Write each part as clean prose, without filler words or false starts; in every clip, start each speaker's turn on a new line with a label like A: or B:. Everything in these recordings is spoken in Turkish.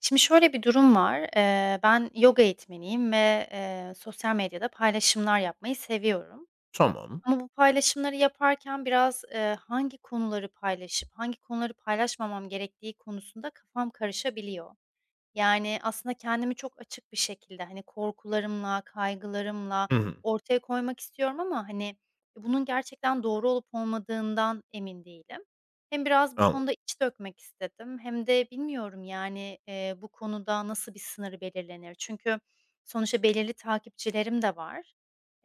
A: Şimdi şöyle bir durum var. Ben yoga eğitmeniyim ve, sosyal medyada paylaşımlar yapmayı seviyorum.
B: Tamam.
A: Ama bu paylaşımları yaparken biraz, hangi konuları paylaşıp hangi konuları paylaşmamam gerektiği konusunda kafam karışabiliyor. Yani, aslında kendimi çok açık bir şekilde, hani, korkularımla, kaygılarımla
B: Hı hı.
A: ortaya koymak istiyorum ama, hani, bunun gerçekten doğru olup olmadığından emin değilim. Hem biraz bu
B: Anladım.
A: konuda iç dökmek istedim hem de bilmiyorum, yani, bu konuda nasıl bir sınır belirlenir? Çünkü sonuçta belirli takipçilerim de var,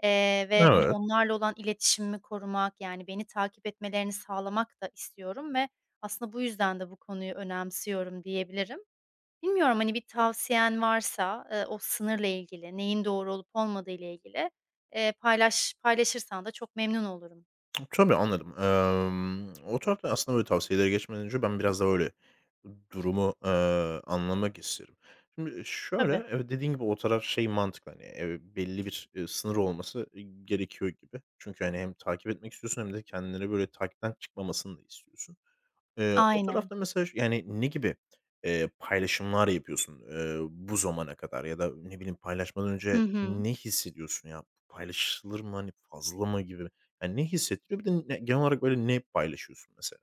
A: ve, hani,
B: Evet.
A: onlarla olan iletişimimi korumak, yani, beni takip etmelerini sağlamak da istiyorum ve aslında bu yüzden de bu konuyu önemsiyorum diyebilirim. Bilmiyorum, hani, bir tavsiyen varsa, o sınırla ilgili, neyin doğru olup olmadığı ile ilgili, paylaşırsan da çok memnun olurum.
B: Tabii, anladım. O tarafta aslında böyle tavsiyelere geçmeden önce ben biraz da böyle durumu, anlamak isterim. Şimdi şöyle,
A: Tabii.
B: evet, dediğin gibi o taraf şey mantıklı, hani, belli bir, sınır olması gerekiyor gibi. Çünkü, hani, hem takip etmek istiyorsun hem de kendini böyle takipten çıkmamasını da istiyorsun. O
A: Aynen.
B: tarafta mesela yani, ne gibi, paylaşımlar yapıyorsun, bu zamana kadar ya da ne bileyim paylaşmadan
A: Hı
B: önce
A: hı.
B: ne hissediyorsun ya? Paylaşılır mı, hani, fazla mı gibi? Yani, ne hissettiriyor? Bir de ne genel olarak böyle ne paylaşıyorsun mesela?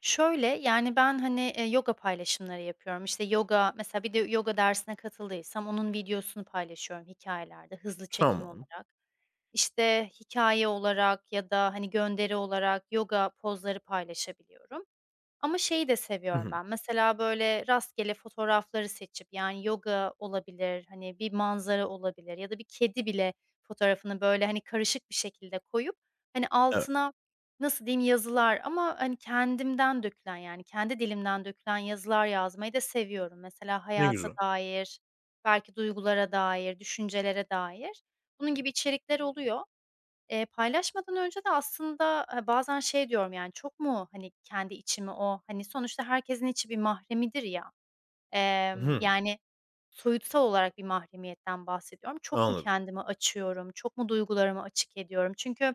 A: Şöyle, yani, ben, hani, yoga paylaşımları yapıyorum. İşte, yoga mesela bir de yoga dersine katıldıysam onun videosunu paylaşıyorum hikayelerde hızlı çekim
B: Tamam.
A: olarak. İşte, hikaye olarak ya da, hani, gönderi olarak yoga pozları paylaşabiliyorum. Ama şeyi de
B: Hı
A: seviyorum
B: hı.
A: ben, mesela, böyle, rastgele fotoğrafları seçip, yani, yoga olabilir, hani, bir manzara olabilir ya da bir kedi bile fotoğrafını, böyle, hani, karışık bir şekilde koyup, hani,
B: Evet.
A: altına, nasıl diyeyim, yazılar ama, hani, kendimden dökülen, yani, kendi dilimden dökülen yazılar yazmayı da seviyorum. Mesela
B: Ne
A: hayata
B: güzel.
A: dair, belki duygulara dair, düşüncelere dair. Bunun gibi içerikler oluyor. Paylaşmadan önce de aslında, bazen şey diyorum, yani, çok mu, hani, kendi içimi o, hani, sonuçta herkesin içi bir mahremidir ya,
B: Hı
A: yani, soyutsal olarak bir mahremiyetten bahsediyorum. Çok mu
B: Anladım.
A: kendimi açıyorum, çok mu duygularımı açık ediyorum? Çünkü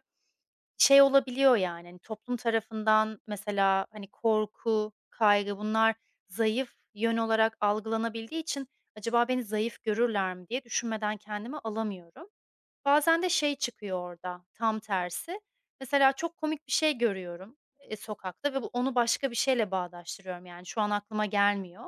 A: şey olabiliyor, yani, hani, toplum tarafından mesela, hani, korku, kaygı bunlar zayıf yön olarak algılanabildiği için acaba beni zayıf görürler mi diye düşünmeden kendimi alamıyorum. Bazen de şey çıkıyor orada, tam tersi. Mesela çok komik bir şey görüyorum, sokakta ve bu onu başka bir şeyle bağdaştırıyorum, yani, şu an aklıma gelmiyor.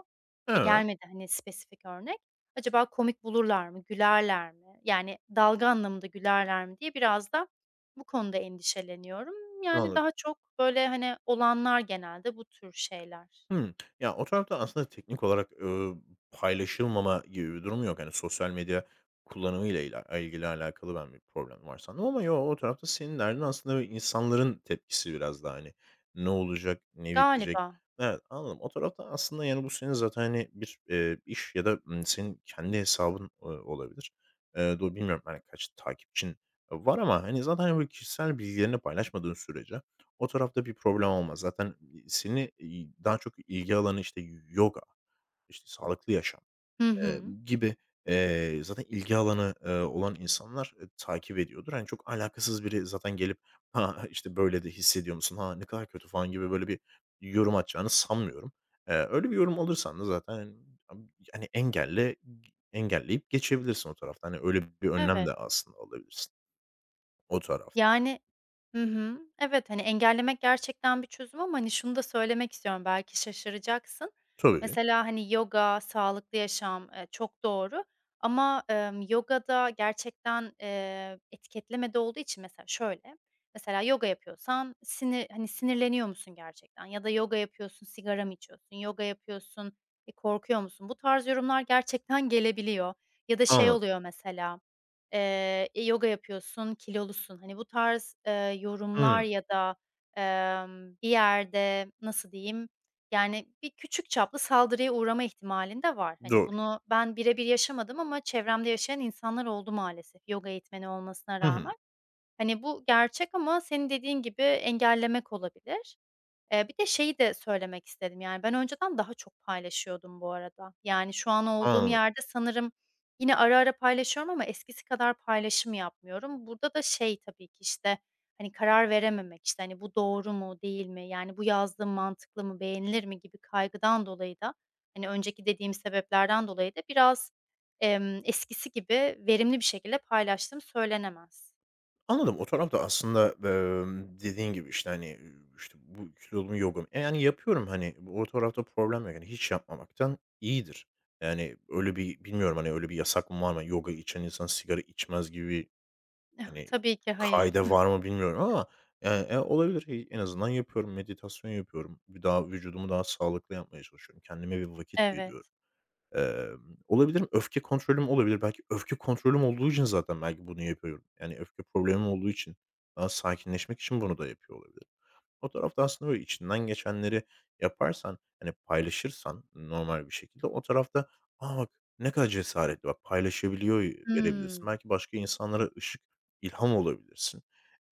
B: Evet.
A: Gelmedi, hani, spesifik örnek. Acaba komik bulurlar mı, gülerler mi? Yani, dalga anlamında gülerler mi diye biraz da bu konuda endişeleniyorum. Yani,
B: Anladım.
A: daha çok, böyle, hani, olanlar genelde bu tür şeyler.
B: Hımm. Ya, o tarafta aslında teknik olarak, paylaşılmama gibi bir durum yok. Hani, sosyal medya kullanımıyla ilgili alakalı ben bir problem var sandım ama yo, o tarafta senin derdin aslında insanların tepkisi biraz daha, hani, ne olacak, ne bitecek?
A: Galiba.
B: Evet, anladım. O tarafta aslında, yani, bu senin zaten, hani, bir, iş ya da, senin kendi hesabın, olabilir. Do bilmiyorum, hani, kaç takipçin var ama, hani, zaten, hani, böyle kişisel bilgilerini paylaşmadığın sürece o tarafta bir problem olmaz. Zaten, seni, daha çok ilgi alanı, işte, yoga, işte, sağlıklı yaşam,
A: Hı hı.
B: gibi, zaten ilgi alanı, olan insanlar, takip ediyordur. Hani, çok alakasız biri zaten gelip, "Ha, işte, böyle de hissediyor musun? Ha, ne kadar kötü." falan gibi böyle bir yorum atacağını sanmıyorum. Öyle bir yorum alırsan da zaten, hani, yani, engelleyip geçebilirsin o tarafta. Hani, öyle bir önlem
A: Evet.
B: de aslında alabilirsin o tarafta.
A: Yani. Hı hı. Evet, hani, engellemek gerçekten bir çözüm ama, hani, şunu da söylemek istiyorum, belki şaşıracaksın.
B: Tabii.
A: Mesela, hani, yoga, sağlıklı yaşam, çok doğru ama, yogada gerçekten, etiketleme olduğu için mesela şöyle, mesela yoga yapıyorsan hani, sinirleniyor musun gerçekten ya da yoga yapıyorsun, sigara mı içiyorsun, yoga yapıyorsun, korkuyor musun? Bu tarz yorumlar gerçekten gelebiliyor ya da şey
B: Anladım.
A: oluyor mesela, yoga yapıyorsun, kilolusun. Hani, bu tarz, yorumlar
B: Hımm.
A: ya da, bir yerde, nasıl diyeyim, yani, bir küçük çaplı saldırıya uğrama ihtimalin de var. Hani,
B: Doğru.
A: bunu ben birebir yaşamadım ama çevremde yaşayan insanlar oldu maalesef yoga eğitmeni olmasına
B: Hı hı.
A: rağmen. Hani, bu gerçek ama senin dediğin gibi engellemek olabilir. Bir de şeyi de söylemek istedim, yani, ben önceden daha çok paylaşıyordum bu arada. Yani, şu an olduğum
B: Anladım.
A: yerde sanırım yine ara ara paylaşıyorum ama eskisi kadar paylaşım yapmıyorum. Burada da şey tabii ki, işte, hani, karar verememek, işte, hani, bu doğru mu, değil mi, yani, bu yazdığım mantıklı mı, beğenilir mi gibi kaygıdan dolayı da, hani, önceki dediğim sebeplerden dolayı da biraz, eskisi gibi verimli bir şekilde paylaştığım söylenemez.
B: Anladım. O tarafta aslında, dediğin gibi, işte, hani, işte, bu kilolu yogum. E, yani, yapıyorum, hani, o tarafta problem yok. Yani, hiç yapmamaktan iyidir. Yani, öyle bir bilmiyorum, hani, öyle bir yasak mı var mı? Yoga içen insan sigara içmez gibi, hani,
A: Tabii ki, hayır.
B: kaide var mı bilmiyorum ama, yani, e, olabilir. Hi en azından yapıyorum, meditasyon yapıyorum. Bir daha vücudumu daha sağlıklı yapmaya çalışıyorum. Kendime bir vakit
A: Evet.
B: ayırıyorum. Emm, olabilir mi? Öfke kontrolüm olabilir. Belki öfke kontrolüm olduğu için zaten belki bunu yapıyorum. Yani öfke problemim olduğu için. Daha sakinleşmek için bunu da yapıyor olabilirim. O tarafta aslında böyle içinden geçenleri yaparsan, hani, paylaşırsan normal bir şekilde o tarafta, "A, bak ne kadar cesaretli, bak paylaşabiliyor" verebilirsin.
A: Hımm,
B: Belki başka insanlara ışık, ilham olabilirsin,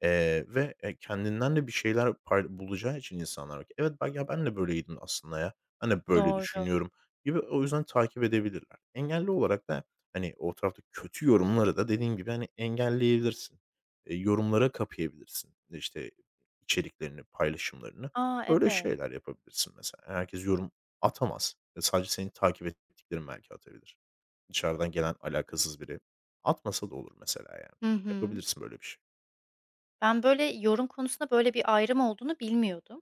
B: ve, kendinden de bir şeyler pay bulacağı için insanlar, belki, "Evet, ben ya ben de böyleydim aslında ya, ben de böyle
A: doğru.
B: düşünüyorum." gibi o yüzden takip edebilirler. Engelli olarak da, hani, o tarafta kötü yorumları da dediğin gibi, hani, engelleyebilirsin, yorumlara kapayabilirsin. İşte içeriklerini, paylaşımlarını.
A: A,
B: Öyle
A: evet.
B: şeyler yapabilirsin mesela. Yani herkes yorum atamaz. E, sadece seni takip ettiklerin belki atabilir. Dışarıdan gelen alakasız biri atmasa da olur mesela yani.
A: Hı hı.
B: Yapabilirsin böyle bir şey.
A: Ben böyle yorum konusunda böyle bir ayrım olduğunu bilmiyordum.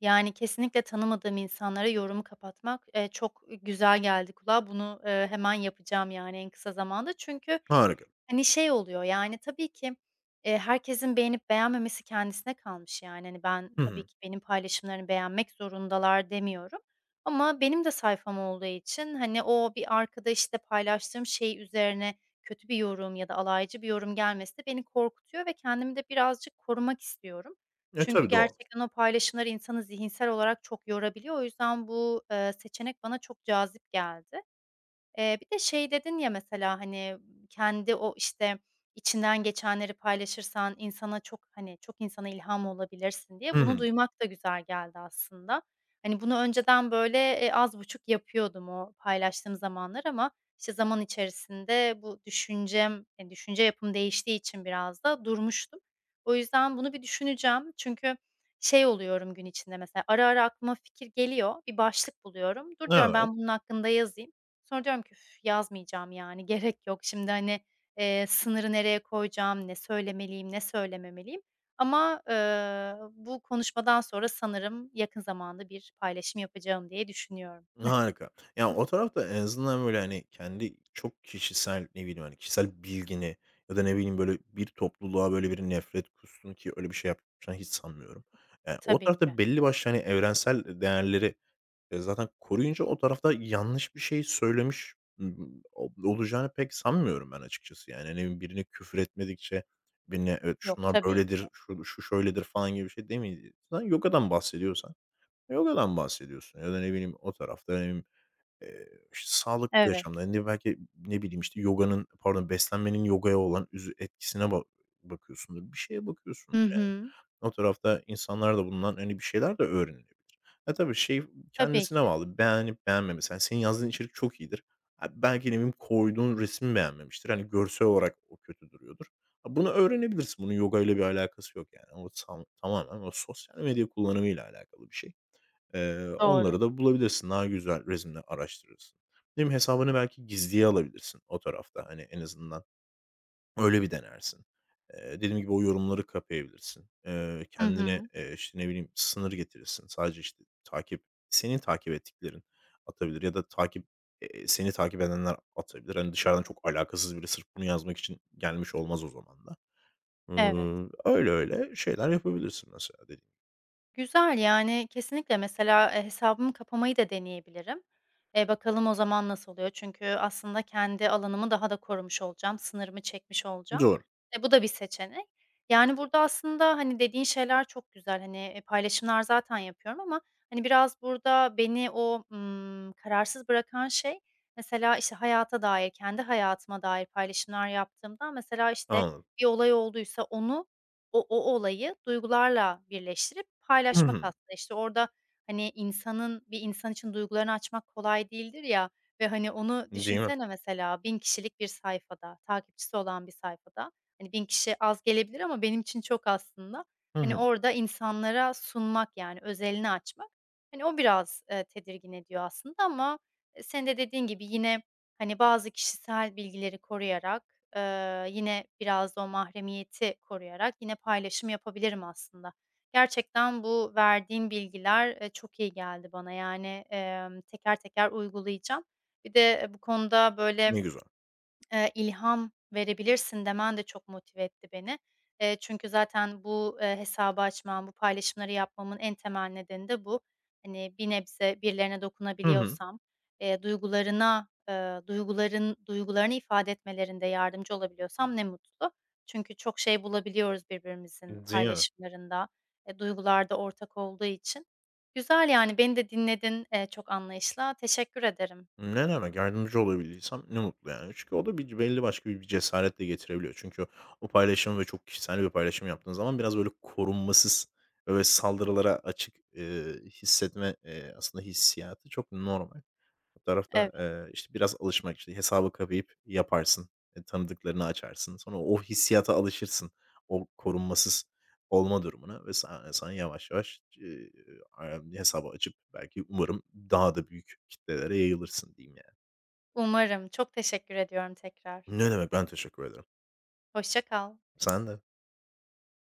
A: Yani, kesinlikle tanımadığım insanlara yorumu kapatmak, çok güzel geldi kulağa. Bunu, hemen yapacağım, yani, en kısa zamanda. Çünkü,
B: Harika.
A: hani, şey oluyor, yani, tabii ki, herkesin beğenip beğenmemesi kendisine kalmış, yani. Hani, ben
B: Hı
A: tabii
B: hı.
A: ki benim paylaşımlarını beğenmek zorundalar demiyorum ama benim de sayfam olduğu için, hani, o bir arkada, işte, paylaştığım şey üzerine kötü bir yorum ya da alaycı bir yorum gelmesi de beni korkutuyor ve kendimi de birazcık korumak istiyorum.
B: E,
A: Çünkü
B: tabii doğal.
A: gerçekten o paylaşımlar insanı zihinsel olarak çok yorabiliyor. O yüzden bu, seçenek bana çok cazip geldi. Bir de şey dedin ya mesela, hani, kendi o, işte, içinden geçenleri paylaşırsan insana çok, hani, çok insana ilham olabilirsin
B: Hı
A: diye. Bunu
B: hı.
A: duymak da güzel geldi aslında. Hani, bunu önceden, böyle, az buçuk yapıyordum o paylaştığım zamanlar ama, işte, zaman içerisinde bu düşüncem, düşünce yapım değiştiği için biraz da durmuştum. O yüzden bunu bir düşüneceğim. Çünkü şey oluyorum gün içinde mesela, ara ara aklıma fikir geliyor, bir başlık buluyorum. Dur diyorum,
B: Evet.
A: ben bunun hakkında yazayım. Sonra diyorum ki "Üf, yazmayacağım yani gerek yok. Şimdi, hani, sınırı nereye koyacağım, ne söylemeliyim, ne söylememeliyim." Ama, bu konuşmadan sonra sanırım yakın zamanda bir paylaşım yapacağım diye düşünüyorum.
B: Harika. Yani o tarafta en azından böyle, hani, kendi çok kişisel, ne bileyim, hani, kişisel bilgini ya da, ne bileyim, böyle bir topluluğa böyle bir nefret kussun ki öyle bir şey yapacağını hiç sanmıyorum. O
A: Tabii ki.
B: tarafta belli başlı, hani, evrensel değerleri eee, zaten koruyunca o tarafta yanlış bir şey söylemiş, o olacağını pek sanmıyorum ben açıkçası. Yani, hani, birine küfür etmedikçe, birine "Evet,
A: Yok,
B: şunlar
A: tabii ki.
B: böyledir, şu şu şöyledir." falan gibi bir şey demedi. Sen yogadan bahsediyorsan yogadan bahsediyorsun ya da ne bileyim o tarafta, ne bileyim, işte, sağlıklı
A: Evet.
B: yaşamda hani, belki ne bileyim, işte, yoganın, pardon, beslenmenin yogaya olan etkisine bakıyorsundur, bir şeye bakıyorsun.
A: Hı hı.
B: O tarafta insanlar da bundan, hani, bir şeyler de öğrenilebilir. E, tabii şey
A: Tabii
B: kendisine
A: ki.
B: bağlı. Beğenip beğenmemesi. Hani, senin yazdığın içerik çok iyidir. Ha, belki ne bileyim koyduğun resmi beğenmemiştir. Hani, görsel olarak o kötü duruyordur. Ha, bunu öğrenebilirsin. Bunun yoga ile bir alakası yok yani. O tam tamamen o sosyal medya kullanımıyla alakalı bir şey.
A: Doğru.
B: Onları da bulabilirsin. Daha güzel resimler araştırırsın. Ne bileyim hesabını belki gizliye alabilirsin o tarafta. Hani, en azından öyle bir denersin. Dediğim gibi o yorumları kapayabilirsin.
A: Hı
B: Kendine,
A: hı.
B: işte, ne bileyim, sınır getirirsin. Sadece, işte, senin takip ettiklerin atabilir ya da takip, seni takip edenler atabilir. Hani, dışarıdan çok alakasız biri sırf bunu yazmak için gelmiş olmaz o zaman da.
A: Evet.
B: Öyle öyle şeyler yapabilirsin mesela dediğim
A: Güzel, yani, kesinlikle mesela, hesabımı kapamayı da deneyebilirim. Bakalım o zaman nasıl oluyor? Çünkü aslında kendi alanımı daha da korumuş olacağım, sınırımı çekmiş
B: gibi.
A: olacağım.
B: Doğru.
A: E, bu da bir seçenek. Yani, burada aslında, hani, dediğin şeyler çok güzel. Hani, paylaşımlar zaten yapıyorum ama, hani, biraz burada beni o, kararsız bırakan şey mesela, işte, hayata dair, kendi hayatıma dair paylaşımlar yaptığımda mesela, işte,
B: Anladım.
A: bir olay olduysa onu o olayı duygularla birleştirip
B: Hı
A: paylaşmak
B: hı.
A: aslında. İşte, orada, hani, insanın bir insan için duygularını açmak kolay değildir ya ve, hani, onu
B: Değil mi?
A: düşünsene mesela 1000 kişilik bir sayfada, takipçisi olan bir sayfada. Hani, 1000 kişi az gelebilir ama benim için çok aslında.
B: Hı hı.
A: Hani, orada insanlara sunmak, yani, özelini açmak, hani, o biraz, tedirgin ediyor aslında ama, senin de dediğin gibi yine hani, bazı kişisel bilgileri koruyarak, yine biraz da o mahremiyeti koruyarak yine paylaşım yapabilirim aslında. Gerçekten bu verdiğin bilgiler, çok iyi geldi bana. Yani, teker teker uygulayacağım. Bir de, bu konuda,
B: Ne
A: böyle,
B: güzel.
A: "İlham verebilirsin." demen de çok motive etti beni. Çünkü zaten bu, hesabı açmam, bu paylaşımları yapmamın en temel nedeni de bu. Hani, bir nebze birilerine
B: Hı hı.
A: dokunabiliyorsam, duygularına, duygularını ifade etmelerinde yardımcı olabiliyorsam ne mutlu. Çünkü çok şey bulabiliyoruz birbirimizin
B: Değil mi?
A: paylaşımlarında, duygular ortak olduğu için. Güzel, yani, beni de dinledin, çok anlayışla. Teşekkür ederim.
B: Ne demek, yardımcı olabilirsem ne mutlu yani. Çünkü o da bir belli başka bir cesaret de getirebiliyor. Çünkü o paylaşım ve çok kişisel bir paylaşım yaptığın zaman biraz böyle korunmasız ve saldırılara açık, hissetme, aslında hissiyatı çok normal. Fotoğrafa,
A: Evet,
B: işte, biraz alışmak, işte, hesabı kapayıp yaparsın, e, tanıdıklarını açarsın. Sonra o hissiyata alışırsın. O korunmasız olma durumuna ve sen yavaş yavaş, hesabı açıp belki umarım daha da büyük kitlelere yayılırsın diyeyim yani.
A: umarım. Çok teşekkür ediyorum tekrar.
B: Ne demek, ben teşekkür ederim.
A: Hoşça kal.
B: Sen de.